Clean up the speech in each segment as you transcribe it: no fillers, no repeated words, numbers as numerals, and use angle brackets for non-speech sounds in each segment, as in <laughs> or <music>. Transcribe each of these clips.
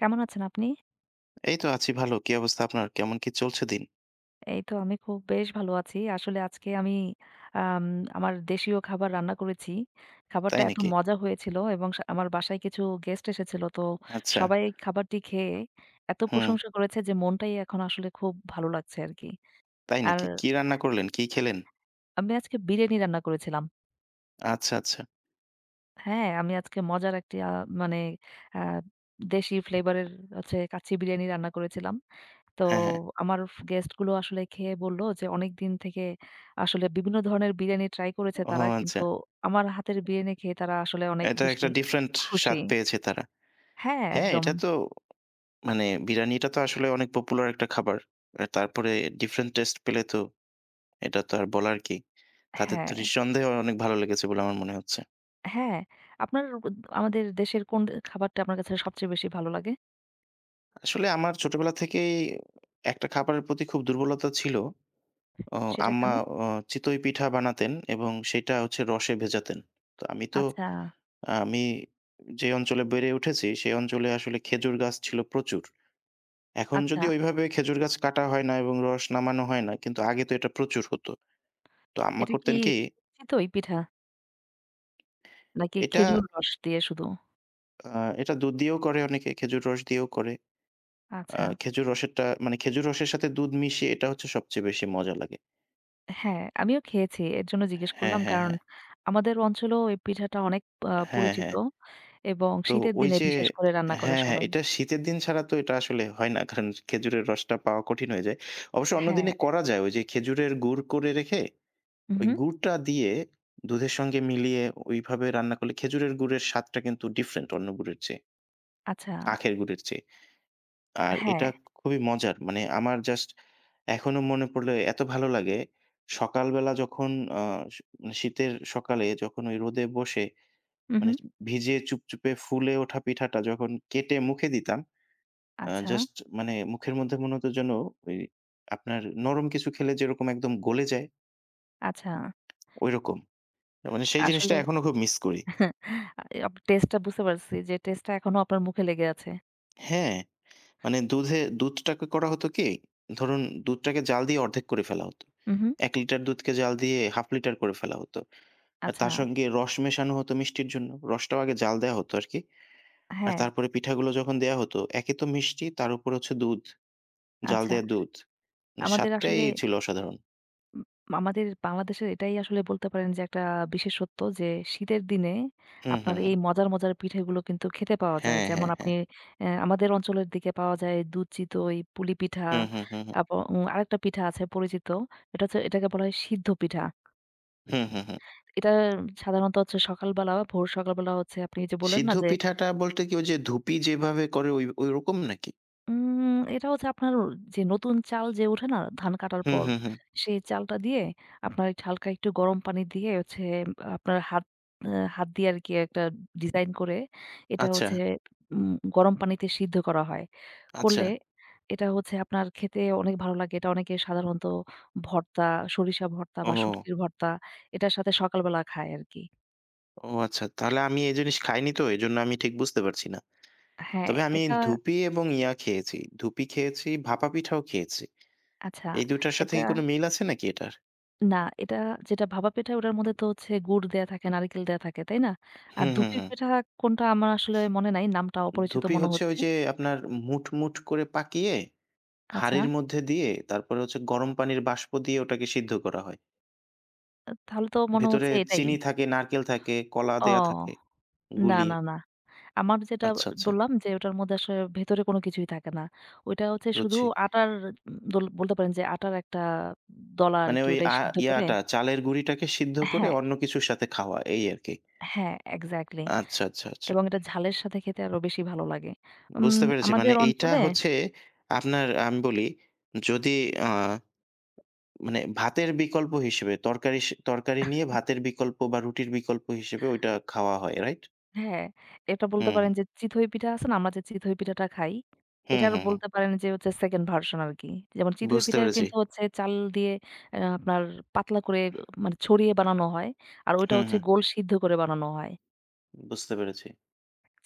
কেমন আছেন আপনি? এই তো আছি ভালো। কি অবস্থা আপনার? কেমন কি চলছে দিন? এই তো আমি খুব বেশ ভালো আছি। আসলে আজকে আমি আম আমার দেশীয় খাবার রান্না করেছি। তাই খাবারটা এত নাকি? মজা হয়েছিল এবং আমার বাসায় কিছু গেস্ট এসেছিল। তো আচ্ছা। সবাই এই খাবারটি খেয়ে এত হুম, প্রশংসা করেছে যে মনটাই এখন আসলে খুব ভালো লাগছে আরকি। তাই আর নাকি? কি রান্না করলেন? কি খেলেন? আমি আজকে বিরিয়ানি রান্না করেছিলাম। আচ্ছা, আচ্ছা। হ্যাঁ, আমি আজকে মজার একটি আ মানে আ দেশি ফ্লেভার এর হচ্ছে কাচ্চি বিরিয়ানি রান্না করেছিলাম। তো হ্যাঁ, হ্যাঁ। আমার গেস্ট গুলো আসলে খেয়ে বলল যে অনেকদিন থেকে আসলে বিভিন্ন ধরনের বিরিয়ানি ট্রাই করেছে ও তারা আচ্ছা। কিন্তু আমার হাতের বিরিয়ানি খেয়ে তারা আসলে অনেক এটা বেশি একটা ডিফারেন্ট খুশি। স্বাদ পেয়েছে তারা। হ্যাঁ, হ্যাঁ, একদম। এটা তো মানে বিরিয়ানিটা তো আসলে অনেক পপুলার একটা খাবার। তারপরে ডিফারেন্ট টেস্ট পেলে তো এটা তো আর বলার কি? তাদের তো হ্যাঁ, নিঃসন্দেহে অনেক ভালো লেগেছে বলে আমার মনে হচ্ছে। হ্যাঁ। আপনার আমাদের দেশের কোন খাবারটা আপনার কাছে সবচেয়ে বেশি ভালো লাগে? আসলে আমার ছোটবেলা থেকেই একটা খাবারের প্রতি খুব দুর্বলতা ছিল। অ সেটা আম্মা কেমন? অ চিতই পিঠা বানাতেন এবং সেটা হচ্ছে রসে ভেজাতেন। তো আমি তো আচ্ছা, আমি যে অঞ্চলে বেড়ে উঠেছি, সেই অঞ্চলে আসলে খেজুর গাছ ছিল প্রচুর। এখন আচ্ছা। যদি ওইভাবে খেজুর গাছ কাটা হয় না এবং রস নামানো হয় না, কিন্তু আগে তো এটা প্রচুর হতো। তো আম্মা এটা কি করতেন কি, চিতই পিঠা নাকি এটা খেজুর রস দিয়ে শুধু? আ এটা দুধ দিয়েও করে অনেকে, খেজুর রস দিয়েও করে। আচ্ছা। খেজুর রসেরটা মানে খেজুর রসের সাথে দুধ মিশিয়ে এটা হচ্ছে সবচেয়ে বেশি মজা লাগে। হ্যাঁ, আমিও খেয়েছি। এর জন্য জিজ্ঞেস হ্যাঁ, করলাম। হ্যাঁ, কারণ হ্যাঁ। আমাদের অঞ্চলেও এই পিঠাটা অনেক হ্যাঁ, পরিচিত হ্যাঁ। এবং তো শীতের ওই দিনে যে বিশেষ করে রান্না করে হ্যাঁ, হ্যাঁ, সবাই। এটা শীতের দিন ছাড়া তো এটা আসলে হয় না। কারণ খেজুরের রসটা পাওয়া কঠিন হয়ে যায়। অবশ্য অন্য হ্যাঁ। দিনে করা যায়। ওই যে খেজুরের গুড় করে রেখে, ওই উহু, গুড়টা দিয়ে দুধের সঙ্গে মিলিয়ে ওইভাবে রান্না করলে খেজুরের গুড়ের স্বাদটা কিন্তু ডিফারেন্ট অন্য গুড়ের চেয়ে, আচ্ছা। আখের গুড়ের চেয়ে। আর এটা হ্যাঁ। খুবই মজার। মানে আমার জাস্ট এখনো মনে পড়লে এত ভালো লাগে। সকালবেলা যখন আ শ মানে শীতের সকালে যখন ওই রোদে বসে মানে উহু, ভিজে চুপচুপে ফুলে ওঠা পিঠাটা যখন কেটে মুখে দিতাম আচ্ছা, জাস্ট মানে মুখের মধ্যে মনে হতো যেন ওই আপনার নরম কিছু খেলে যেরকম একদম গলে যায়, আচ্ছা। ঐরকম। মানে সেই জিনিসটা আসলে এখনো খুব মিস করি। টেস্ট টা বুঝতে পারছি যে টেস্ট টা এখনো আপনার মুখে লেগে আছে। হ্যাঁ, মানে দুধে দুধটাকে করা হতো কি, ধরুন দুধটাকে জাল দিয়ে অর্ধেক করে ফেলা হতো। উহু, ১ লিটার দুধকে জাল দিয়ে 1/2 লিটার করে ফেলা হতো। আর আচ্ছা। তার সঙ্গে রস মেশানো হতো মিষ্টির জন্য। রসটাও আগে জাল দেয়া হতো আরকি। আর হ্যাঁ, তারপরে পিঠাগুলো যখন দেয়া হতো, একে তো মিষ্টি, তার উপর হচ্ছে দুধ, জাল আচ্ছা। দেয়া দুধ। মানে আমাদের স্বাদটাই আসলে ছিল অসাধারণ। উম আমাদের বাংলাদেশের এটাই আসলে বলতে পারেন যে একটা বিশেষত্ব যে শীতের দিনে হুম, হুম, আপনার হুম। এই মজার, মজার পিঠেগুলো কিন্তু খেতে পাওয়া যায়। হ্যাঁ, যেমন হ্যাঁ, আপনি হ্যাঁ। আমাদের অঞ্চলের দিকে পাওয়া যায় দুধ চিতই, পুলি পিঠা, হুম, হুম, হুম, হুম। তারপর আরেকটা পিঠা আছে পরিচিত। এটা হচ্ছে এটাকে বলা হয় সিদ্ধ পিঠা। হুম, হুম, হুম। এটা সাধারণত হচ্ছে সকালবেলা, ভোর সকালবেলা হচ্ছে আপনি এই যে বললেন সিদ্ধ না যে পিঠাটা বলতে কি ওই যে ধুপি যেভাবে করে ওই ওইরকম নাকি? এটা হচ্ছে আপনার যে নতুন চাল যে ওঠে না ধান কাটার হুম, পর, হুম, হুম। সেই চালটা দিয়ে আপনার একটু হালকা একটু গরম পানি দিয়ে হচ্ছে আপনার হাত আ হাত দিয়ে আরকি একটা ডিজাইন করে এটা আচ্ছা, হচ্ছে গরম পানিতে সিদ্ধ করা হয়। আচ্ছা। করলে এটা হচ্ছে আপনার খেতে অনেক ভালো লাগে। এটা অনেকে সাধারণত ভর্তা, সরিষা ভর্তা বা ও, শুটকির ভর্তা এটার সাথে সকালবেলা খায় আরকি। ও আচ্ছা। তাহলে আমি এই জিনিস খাইনি তো এজন্য আমি ঠিক বুঝতে পারছি না। হ্যাঁ, তবে আমি এটা ধুপি এবং ইয়া খেয়েছি। ধুপি খেয়েছি, ভাপা পিঠাও খেয়েছি। আচ্ছা, এই ২ টার সাথে এটা কি কোনো মিল আছে নাকি এটার? না, এটা যেটা ভাপা পিঠা ওটার মধ্যে তো হচ্ছে গুড় দেয়া থাকে, নারিকেল দেয়া থাকে, তাই না? আর হুম, হুম, দুপি হুম। পিঠা কোনটা আমার আসলে মনে নাই, নামটা অপরিচিত ধুপি মনে হচ্ছে ওই হচ্ছে। যে আপনার মুঠ, মুঠ করে পাকিয়ে আচ্ছা, হাঁড়ির মধ্যে দিয়ে তারপরে হচ্ছে গরম পানির বাষ্প দিয়ে ওটাকে সিদ্ধ করা হয়। তাহলে তো মনে ভেতরে হচ্ছে এটাই। চিনি থাকে, নারকেল থাকে, কলা ও! দেয়া থাকে। না, গুলিয়ে। না, না। আমার যেটা আচ্ছা, আচ্ছা বললাম যে ওটার মধ্যে আসলে ভেতরে কোনো কিছুই থাকে না। ওইটা হচ্ছে শুধু বুঝছি। আটার দোল বলতে পারেন যে আটার একটা দলা মানে আরকি ওই ওটাই সিদ্ধ করে ইয়াটা চালের গুঁড়িটাকে সিদ্ধ করে হ্যাঁ, অন্য কিছুর সাথে খাওয়া এই আরকি। হ্যাঁ, এক্সাক্টলি আচ্ছা, আচ্ছা, আচ্ছা। এবং এটা ঝালের সাথে খেতে আরো বেশি ভালো লাগে। উম বুঝতে পেরেছি। মানে আমাদের এইটা অঞ্চলে হচ্ছে আপনার আমি বলি যদি আ মানে ভাতের বিকল্প হিসেবে তরকারি সে তরকারি নিয়ে ভাতের বিকল্প বা রুটির বিকল্প হিসেবে ওইটা খাওয়া হয়, রাইট? হ্যাঁ, এটা বলতে হুম, পারেন হুম। যে চিতই পিঠা আছে না? আমরা যে চিতই পিঠাটা খাই, হুম, এটার হুম, হুম। বলতে পারেন যে হচ্ছে 2nd ভার্সন আরকি। যেমন চিতই বুঝতে পিঠা পেরেছি। কিন্তু হচ্ছে চাল দিয়ে আপনার পাতলা করে মানে ছড়িয়ে বানানো হয়। আর ওইটা হুম, হচ্ছে হুম। গোল সিদ্ধ করে বানানো হয়। বুঝতে পেরেছি।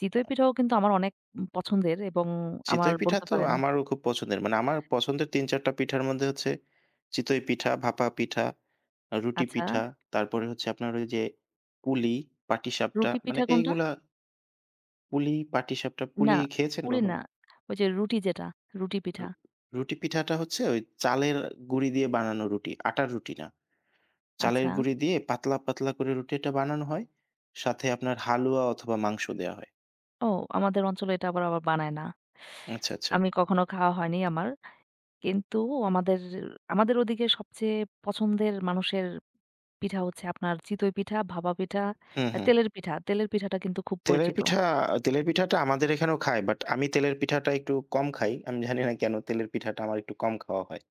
চিতই পিঠাও কিন্তু আমার অনেক পছন্দের এবং আমার চিতই পিঠা বলতে তো পারেন আমারও খুব পছন্দের। মানে আমার পছন্দের ৩-৪ টা পিঠার মধ্যে হচ্ছে চিতই পিঠা, ভাপা পিঠা, রুটি আচ্ছা, পিঠা, তারপরে হচ্ছে আপনার ওই যে পুলি, পাটিসাপটা রুটি মানে পিঠা কোনটা? এইগুলা পুলি, পাটিসাপটা পুলি না, খেয়েছেন পুলি কখনো? না। ওই যে রুটি যেটা, রুটি রু পিঠা। রুটি পিঠাটা হচ্ছে ওই চালের গুঁড়ি দিয়ে বানানো রুটি, আটার রুটি না। চালের আচ্ছা। গুঁড়ি দিয়ে পাতলা, পাতলা করে রুটিটা বানানো হয়। সাথে আপনার হালুয়া অথবা মাংস দেয়া হয়। ও আমাদের অঞ্চলে এটা আবার আবার বানায় না। আচ্ছা, আচ্ছা। আমি কখনো খাওয়া হয়নি আমার। কিন্তু আমাদের আমাদের ওদিকে সবচেয়ে পছন্দের মানুষের পিঠা হচ্ছে আপনার চিতই পিঠা, ভাপা পিঠা, হুম, হুম। তেলের পিঠা। তেলের পিঠাটা কিন্তু খুব তেলের পরিচিত। পিঠা তেলের পিঠাটা আমাদের এখানেও খায়। বাট আমি তেলের পিঠাটা একটু কম খাই। আমি জানি না কেন তেলের পিঠাটা আমার একটু কম খাওয়া হয়।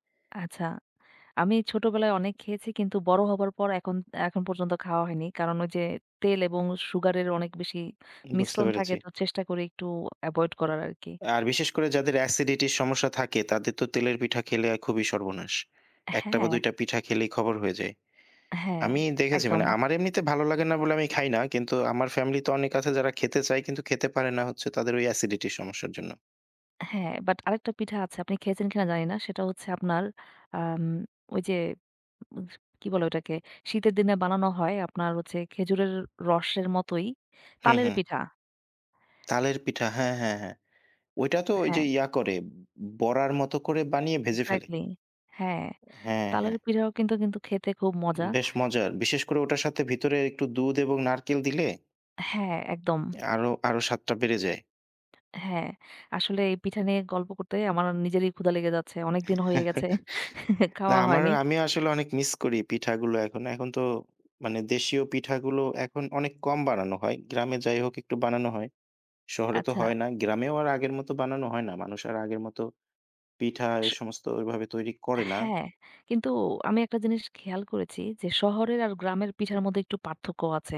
আচ্ছা, আমি ছোটবেলায় অনেক খেয়েছি কিন্তু বড় হবার পর এখন এখন পর্যন্ত খাওয়া হয়নি। কারণ ওই যে তেল এবং সুগারের অনেক বেশি বুঝতে মিশ্রণ থাকে পেরেছি। তো চেষ্টা করি একটু এভয়েড করার আরকি। আর বিশেষ করে যাদের অ্যাসিডিটির সমস্যা থাকে তাদের তো তেলের পিঠা খেলে খুবই সর্বনাশ। ১ টা বা হ্যাঁ, ২ টা পিঠা খেলেই খবর হয়ে যায়। হ্যাঁ, আমি দেখেছি একদম। মানে আমার এমনিতে ভালো লাগে না বলে আমি খাই না। কিন্তু আমার ফ্যামিলিতে অনেক আছে যারা খেতে চায় কিন্তু খেতে পারে না হচ্ছে তাদের ওই অ্যাসিডিটির সমস্যার জন্য। হ্যাঁ, বাট আরেকটা পিঠা আছে আপনি খেয়েছেন কিনা জানি না। সেটা হচ্ছে আপনার আম ওই যে উস কি বলে ওটাকে? শীতের দিনে বানানো হয় আপনার হচ্ছে খেজুরের রসের মতোই হুম, তালের হুম। পিঠা। তালের পিঠা হ্যাঁ, হ্যাঁ, হ্যাঁ। ওইটা তো ওই হ্যাঁ, যে ইয়া করে বড়ার মতো করে বানিয়ে ভেজে ফেলে। এক্সাক্টলি। হ্যাঁ, হ্যাঁ, হ্যাঁ। তালের পিঠাও কিন্তু, কিন্তু খেতে খুব মজা। বেশ মজার। বিশেষ করে ওটার সাথে ভিতরে একটু দুধ এবং নারকেল দিলে হ্যাঁ, একদম। আরো, আরো স্বাদটা বেড়ে যায়। হ্যাঁ, আসলে এই পিঠা নিয়ে গল্প করতে আমার নিজেরই ক্ষুধা লেগে যাচ্ছে। অনেকদিন হয়ে গেছে <laughs> <laughs> না খাওয়া আমার হয়নি। আমি আসলে অনেক মিস করি পিঠাগুলো এখন। এখন তো মানে দেশীয় পিঠাগুলো এখন অনেক কম বানানো হয়। গ্রামে যাই হোক একটু বানানো হয়। শহরে তো আচ্ছা। হয় না। গ্রামেও আর আগের মতো বানানো হয় না। মানুষ আর আগের মতো পিঠা এ স সমস্ত ওইভাবে তৈরি করে না। হ্যাঁ, কিন্তু আমি একটা জিনিস খেয়াল করেছি যে শহরের আর গ্রামের পিঠার মধ্যে একটু পার্থক্য আছে।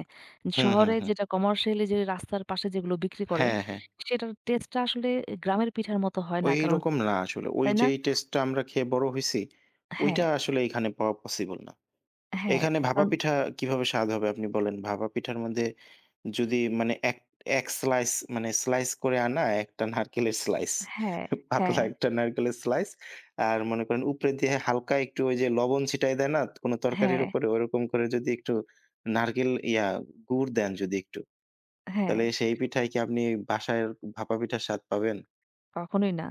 হুম, হুম, শহরে হুম। যেটা কমার্শিয়ালি যে রাস্তার পাশে যেগুলো বিক্রি করে, হ্যাঁ, হ্যাঁ। সেটার টেস্টটা আসলে গ্রামের পিঠার মতো হয় না। কারণ ওইরকম না আসলে। ওই তাই না? যেই টেস্টটা আমরা খেয়ে বড় হইছি, হ্যাঁ, ওইটা আসলে এখানে পাওয়া পসিবল না। হ্যাঁ, এখানে ভাপা কারণ পিঠা কিভাবে স্বাদ হবে আপনি বলেন? ভাপা পিঠার মধ্যে যদি মানে এক এক স্লাইস মানে স্লাইস করে আনা একটা নারকেলের স্লাইস। হ্যাঁ, পাতলা হ্যাঁ, একটা নারকেলের স্লাইস। আর মনে করেন উপরে দিয়ে হালকা একটু ওই যে লবণ ছিটায় দেয় না কোনো তরকারির হ্যাঁ, উপরে? ওরকম করে যদি একটু নারকেল ইয়া গুড় দেন যদি একটু, হ্যাঁ। তাহলে সেই পিঠায় কি আপনি বাসায় ভাপা পিঠার স্বাদ পাবেন? কখনোই না।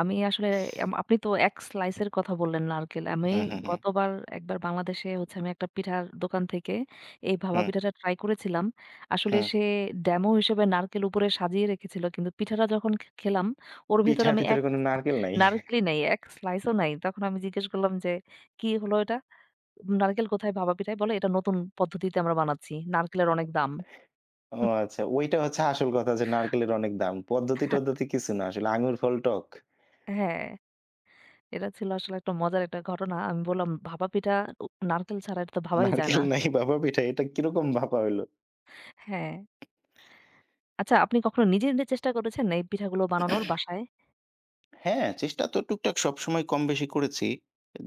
আমি আসলে আপনি তো এক স্লাইসের কথা বললেন নারকেল। আমি হুম, হুম, হুম, গতবার একবার বাংলাদেশে হচ্ছে আমি একটা পিঠার দোকান থেকে এই ভাপা হুম, পিঠাটা ট্রাই করেছিলাম। আসলে হুম। সে ডেমো হিসেবে নারকেল উপরে সাজিয়ে রেখেছিল। কিন্তু পিঠাটা যখন খেলাম ওর ভেতরে পিঠার আমি ভিতরে এক কোনো নারকেল নাই। নারকেলই নাই, এক স্লাইসও নাই। তখন আমি জিজ্ঞেস করলাম যে, "কি হলো এটা? নারকেল কোথায় ভাপা পিঠায়?" বলে, "এটা নতুন পদ্ধতিতে আমরা বানাচ্ছি। নারকেলের অনেক দাম।" ও আচ্ছা। ওইটা হচ্ছে আসল কথা যে নারকেলের অনেক দাম। পদ্ধতি-টদ্ধতি কিছু না আসলে। আঙুর ফল টক। হ্যাঁ। এটা ছিল আসলে একটা মজার একটা ঘটনা। আমি বললাম ভাপা পিঠা নারকেল ছাড়া এটা তো ভাবাই যায় নারকেল না। নাই ভাপা পিঠা। এটা কিরকম ভাপা হইল? হ্যাঁ। আচ্ছা আপনি কখনো নিজে, নিজে চেষ্টা করেছেন এই পিঠাগুলো বানানোর বাসায়? হ্যাঁ, চেষ্টা তো টুকটাক সবসময় কম বেশি করেছি।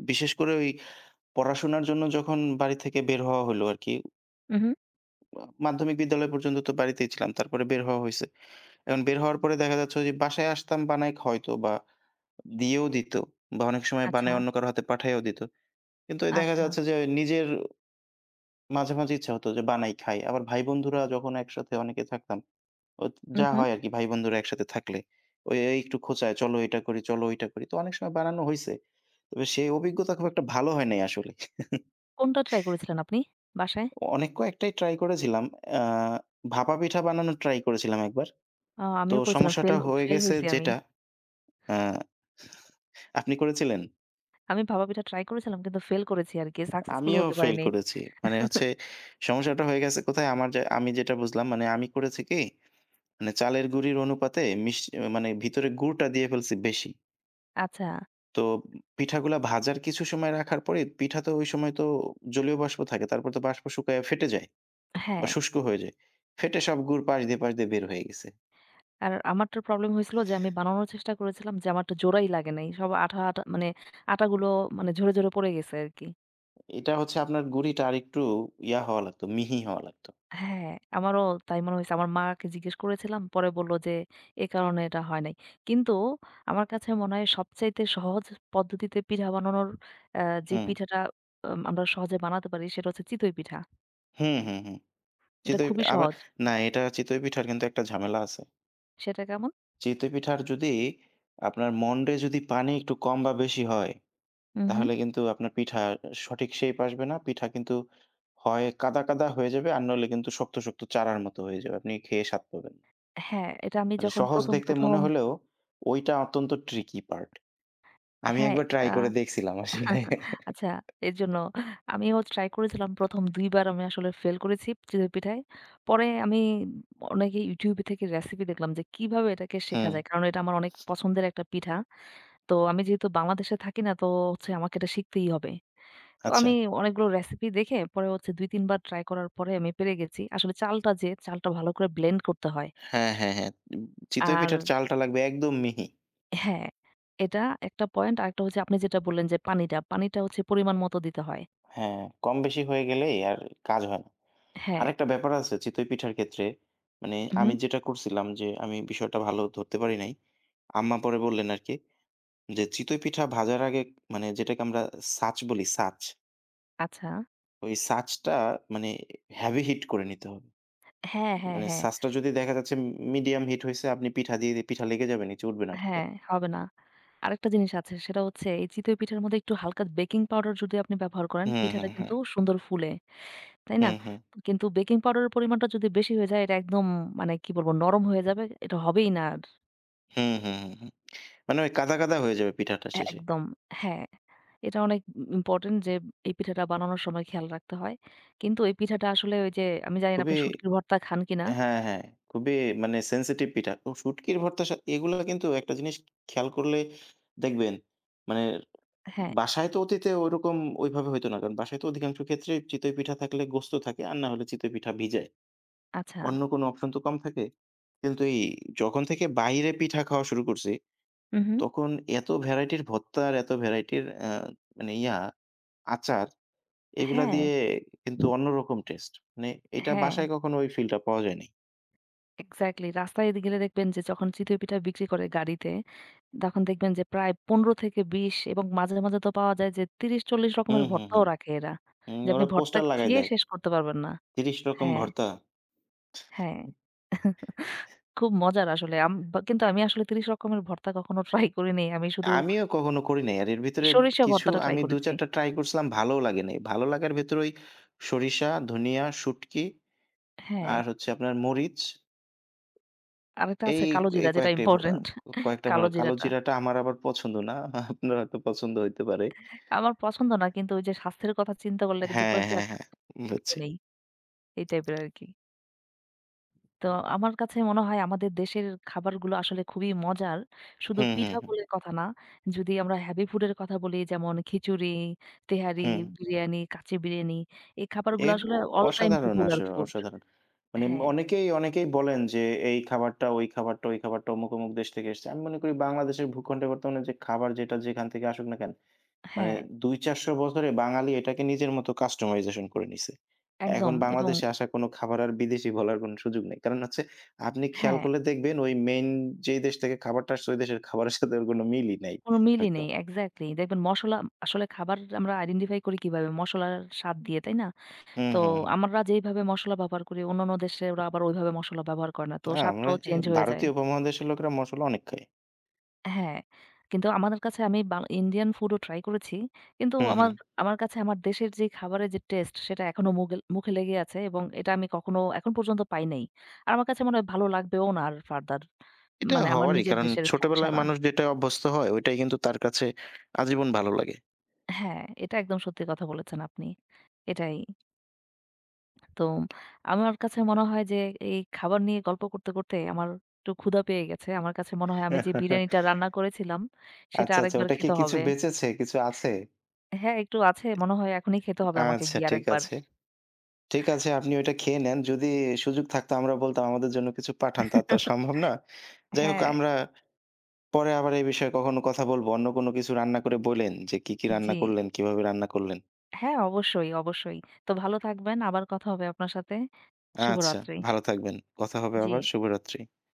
বিশেষ করে ওই পড়াশোনার জন্য যখন বাড়ি থেকে বের হওয়া হলো আরকি। উহু। মাধ্যমিক বিদ্যালয় পর্যন্ত তো বাড়িতেই ছিলাম। তারপরে বের হওয়া হইছে। এখন বের হওয়ার পরে দেখা যাচ্ছে যে বাসায় আসতাম বানায় হয়তো বা দিয়েও দিত বা অনেক সময় আচ্ছা, বানায় অন্য কারো হাতে পাঠাইয়াও দিত। কিন্তু ওই দেখা আচ্ছা। যাচ্ছে যে নিজের মাঝে, মাঝে ইচ্ছা হতো যে বানাই খাই। আবার ভাই-বন্ধুরা যখন একসাথে অনেকে থাকতাম, ওত যা উহু। হয় আরকি ভাই-বন্ধুরা একসাথে থাকলে। ওই এই একটু খোঁচায়, "চলো এটা করি, চলো ওইটা করি।" তো অনেক সময় বানানো হইছে। তবে সেই অভিজ্ঞতা খুব একটা ভালো হয় নাই আসলে। কোনটা ট্রাই করেছিলেন আপনি বাসায়? অনেক কয়েকটাই ট্রাই করেছিলাম। আ ভাপা পিঠা বানানোর ট্রাই করেছিলাম একবার। তো আমিও করেছিলাম। সমস্যাটা ফেল হয়ে ফেল গেছে হইছি আমি। যেটা আ আপনি করেছিলেন? আমি ভাপা পিঠা ট্রাই করেছিলাম কিন্তু ফেল করেছি আরকি। সাকসেসফুল আমিও হতে ফেইল পারিনি। করেছি। মানে হচ্ছে সমস্যাটা হয়ে গেছে কোথায়? আমার যে আমি যেটা বুঝলাম মানে আমি করেছি কি মানে চালের গুঁড়ির অনুপাতে মানে ভিতরে গুড়টা দিয়ে ফেলছি বেশি। আচ্ছা, তো পিঠাগুলা ভাজার কিছু সময় রাখার পরে পিঠা তো ওই সময় তো জলীয় বাষ্প থাকে। তারপর তো বাষ্প শুকায়া ফেটে যায় বা হ্যাঁ। শুষ্ক হয়ে যায়। ফেটে সব গুড় পাশ দিয়ে, পাশ দিয়ে বের হয়ে গেছে। আর আমারটার প্রবলেম হয়েছিল যে আমি বানানোর চেষ্টা করেছিলাম যে আমারটা জোড়াই লাগে নাই। সব আঠা, আঠা মানে আটাগুলো মানে ঝরে, ঝরে পড়ে গেছে আরকি। এটা হচ্ছে আপনার গুঁড়িটা আরেকটু ইয়া হওয়া লাগতো, মিহি হওয়া লাগতো। হ্যাঁ, আমারও তাই মনে হইছে। আমার মাকে জিজ্ঞেস করেছিলাম। পরে বলল যে, "এ কারণে এটা হয় নাই।" কিন্তু আমার কাছে মনে হয় সবচাইতে সহজ পদ্ধতিতে পিঠা বানানোর যে হুম। পিঠাটা আমরা সহজে বানাতে পারি সেটা হচ্ছে চিতই পিঠা। হুম, হুম, হুম। এটা চিতই খুবই আবার সহজ। না এটা চিতই পিঠার কিন্তু একটা ঝামেলা আছে। সেটা কেমন? চিতই পিঠার যদি আপনার মন্ডে যদি পানি একটু কম বা বেশি হয় হুম, হুম। তাহলে কিন্তু আপনার পিঠা সঠিক শেপ আসবে না। পিঠা কিন্তু হয় কাদা, কাদা হয়ে যাবে আর নইলে কিন্তু শক্ত, শক্ত চারার মতো হয়ে যাবে। আপনি খেয়ে স্বাদ পাবেন না। হ্যাঁ, এটা আমি মানে যখন সহজ ১ম, দেখতে মনে ১ম হলেও ওইটা অত্যন্ত ট্রিকি পার্ট। আমি হ্যাঁ, একবার ট্রাই এটা করে দেখছিলাম আসলে। আচ্ছা, এর জন্য আমিও ট্রাই করেছিলাম ১ম ২ বার আমি আসলে ফেল করেছি চিতই পিঠায়। পরে আমি অনেকে YouTube থেকে রেসিপি দেখলাম যে কিভাবে এটাকে শেখা হুম, যায়। কারণ এটা আমার অনেক পছন্দের একটা পিঠা। তো আমি যেহেতু বাংলাদেশে থাকি না তো হচ্ছে আমাকে এটা শিখতেই হবে। তো আচ্ছা। আমি অনেকগুলো রেসিপি দেখে পরে হচ্ছে ২-৩ বার ট্রাই করার পরে আমি পেরে গেছি। আসলে চালটা যে চালটা ভালো করে ব্লেন্ড করতে হয়। হ্যাঁ, হ্যাঁ, হ্যাঁ। চিতই আর পিঠার চালটা লাগবে একদম মিহি। হ্যাঁ, এটা একটা পয়েন্ট। আরেকটা হচ্ছে আপনি যেটা বললেন যে পানিটা, পানিটা হচ্ছে পরিমাণ মতো দিতে হয়। হ্যাঁ, কম বেশি হয়ে গেলেই আর কাজ হয় না। হ্যাঁ। আরেকটা ব্যাপার আছে চিতই পিঠার ক্ষেত্রে, মানে আমি হুম। যেটা করছিলাম যে আমি বিষয়টা ভালো ধরতে পারি নাই। আম্মা পরে বললেন আরকি। যে চিতই পিঠা ভাজার আগে মানে যেটাকে আমরা ছাঁচ বলি ছাঁচ। আচ্ছা। ওই ছাঁচটা মানে হেভি হিট করে নিতে হবে। হ্যাঁ, হ্যাঁ, মানে হ্যাঁ, ছাঁচটা যদি দেখা যাচ্ছে মিডিয়াম হিট হইছে আপনি পিঠা দিয়ে পিঠা লেগে যাবে নিচে উঠবে না ঠিকঠাক। হ্যাঁ, হবে না। আরেকটা জিনিস আছে সেটা হচ্ছে এই চিতই পিঠার মধ্যে একটু হালকা বেকিং পাউডার যদি আপনি ব্যবহার করেন, হুম, পিঠাটা হুম, হুম। কিন্তু সুন্দর ফুলে, তাই না? হুম, হুম। কিন্তু বেকিং পাউডারের পরিমাণটা যদি বেশি হয়ে যায় এটা একদম মানে কি বলবো নরম হয়ে যাবে। এটা হবেই না আর। হুম, হুম, হুম, হুম। হুম। মানে ওই কাদা, কাদা হয়ে যাবে পিঠাটা এ শেষে। একদম হ্যাঁ। এটা অনেক ইম্পোর্টেন্ট যে এই পিঠাটা বানানোর সময় খেয়াল রাখতে হয়। কিন্তু এই পিঠাটা আসলে ওই যে আমি জানি না খুবই আপনি শুটকির ভর্তা খান কিনা? হ্যাঁ, হ্যাঁ। খুবই মানে সেনসিটিভ পিঠা। তো শুটকির ভর্তার সা এগুলা কিন্তু একটা জিনিস খেয়াল করলে দেখবেন মানে হ্যাঁ, বাসায় তো অতীতে ওইরকম ওইভাবে হইতো না। কারণ বাসায় তো অধিকাংশ ক্ষেত্রেই চিতই পিঠা থাকলে গোস্ত থাকে আর না হলে চিতই পিঠা ভিজায়। আচ্ছা। অন্য কোনো অপশন তো কম থাকে। কিন্তু এই যখন থেকে বাইরে পিঠা খাওয়া শুরু করছি, হু, হু। তখন এত ভ্যারাইটির ভর্তা আর এত ভ্যারাইটির মানে ইয়া আচার এগুলা হ্যাঁ, দিয়ে কিন্তু অন্যরকম টেস্ট। মানে এটা হ্যাঁ। বাসায় কখনো ওই ফিলটা পাওয়া যায়নি। এক্সাক্টলি। রাস্তায় গেলে দেখবেন যে যখন চিতই পিঠা বিক্রি করে গাড়িতে, তখন দেখবেন যে প্রায় 15-20 এবং মাঝে, মাঝে তো পাওয়া যায় যে ৩০-৪০ হুম, রকমের হুম, ভর্তাও হুম। রাখে এরা। হুম, যে আপনি ওরা ভর্তা পোস্টার লাগায় খেয়ে দেয়। শেষ করতে পারবেন না। ৩০ রকম হ্যাঁ, ভর্তা। হ্যাঁ। খুব মজার আসলে। আম বা কিন্তু আমি আসলে ৩০ রকমের ভর্তা কখনো ট্রাই করিনি। আমি শুধু আমিও কখনো করি নাই। আর এর ভিতরে সরিষা কিছু ভর্তাটা ট্রাই আমি করেছি। ২-৪ টা ট্রাই করছিলাম ভালোও লাগে নাই। ভালো লাগার ভেতরে ওই সরিষা, ধনিয়া, শুঁটকি হ্যাঁ। আর হচ্ছে আপনার মরিচ আরেকটা আছে এই, এই কালোজিরা যেটা ইম্পোর্টেন্ট। কয়েকটা ভালো কালো কালোজিরাটা। জিরাটা আমার আবার পছন্দ না। <laughs> আপনার হয়তো পছন্দ হইতে পারে। আমার পছন্দ না কিন্তু ওই যে স্বাস্থ্যের কথা চিন্তা করলে যে হ্যাঁ, হ্যাঁ, যাক হ্যাঁ একটু খেয়ে বুঝছি। নেই। এই টাইপের আরকি। তো আমার কাছে মনে হয় আমাদের দেশের খাবারগুলো আসলে খুবই মজার। শুধু হুম, হুম, পিঠা হুম, বলে কথা না। যদি আমরা হেভি ফুডের কথা বলি যেমন খিচুড়ি, তেহারি, হুম। বিরিয়ানি, কাচ্চি বিরিয়ানি এই এ খাবারগুলো আসলে অ অল টাইম অসাধারণ পপুলার আসলে, ফুড। অসাধারণ। মানে হ্যাঁ, অনেকেই, অনেকেই বলেন যে এই খাবারটা, ওই খাবারটা, ওই খাবারটা অমুক, অমুক দেশ থেকে এসছে। আমি মনে করি বাংলাদেশের ভূখণ্ডে বর্তমানে যে খাবার যেটা যেখান থেকে আসুক না কেন, মানে হ্যাঁ, ২-৪০০ বছরে বাঙালি এটাকে নিজের মতো customization করে নিছে। এখন একদম এবং বাংলাদেশে আসা কোন খাবার আর বিদেশি বলার কোন সুযোগ নেই। কারণ হচ্ছে আপনি খেয়াল হ্যাঁ, করলে দেখবেন ওই মেইন যেই দেশ থেকে খাবারটা আসছে ওই দেশের খাবারের সাথে ওর কোন মিলই নাই কোন মিলই হয়তো। নেই। এক্সাক্টলি দেখবেন মসলা আসলে খাবার আমরা আইডেন্টিফাই করি কিভাবে? মসলার স্বাদ দিয়ে, তাই না? হুম, তো হুম, হুম। আমরা যেইভাবে মসলা ব্যবহার করি অন্যান্য দেশে ওরা আবার ওইভাবে মসলা ব্যবহার করে না। তো না আমরা স্বাদটাও চেঞ্জ হয়ে যায়। ভারতীয় উপমহাদেশের লোকেরা মসলা অনেক খায়। হ্যাঁ, কিন্তু আমাদের কাছে আমি বা ইন্ডিয়ান ফুডও ট্রাই করেছি। কিন্তু হুম, আমার হুম। আমার কাছে আমার দেশের যে খাবারের যে টেস্ট সেটা এখনো মুখে লেগে আছে এবং এটা আমি কখনো এখন পর্যন্ত পাই নাই। আর আমার কাছে মনে হয় ভালো লাগবেও না আর ফার্দার। এটা মানে আমার হওয়ারই। নিজের কারণ দেশের ফুড ছোটবেলায় ছাড়া। মানুষ যেটায় অভ্যস্ত হয়, ওইটাই কিন্তু তার কাছে আজীবন ভালো লাগে। হ্যাঁ, এটা একদম সত্যি কথা বলেছেন আপনি। এটাই। তো আমার কাছে মনে হয় যে এই খাবার নিয়ে গল্প করতে, করতে আমার একটু ক্ষুধা পেয়ে গেছে। আমার কাছে মনে হয় আমি যে বিরিয়ানিটা <laughs> রান্না করেছিলাম সেটা আচ্ছা, আচ্ছা। আরেকবার ওটা কি খেতে কিছু হবে। বেঁচেছে? কিছু আছে? হ্যাঁ, একটু আছে মনে হয় এখনই খেতে হবে আমাকে আচ্ছা গিয়ে ঠিক আরেকবার। আছে। ঠিক আছে, আপনি ওইটা খেয়ে নেন। যদি সুযোগ থাকতো আমরা বলতাম আমাদের জন্য কিছু পাঠান। তা তো আর সম্ভব না। যাই হোক হ্যাঁ, আমরা পরে আবার এই বিষয়ে কখনো কথা বলব। অন্য কোনো কিছু রান্না করে বইলেন যে কি, কি রান্না জি। করলেন, কিভাবে রান্না করলেন। হ্যাঁ, অবশ্যই, অবশ্যই। তো ভালো থাকবেন। আবার কথা হবে আপনার সাথে। আচ্ছা, শুভরাত্রি। ভালো থাকবেন। কথা হবে জি। আবার। শুভরাত্রি।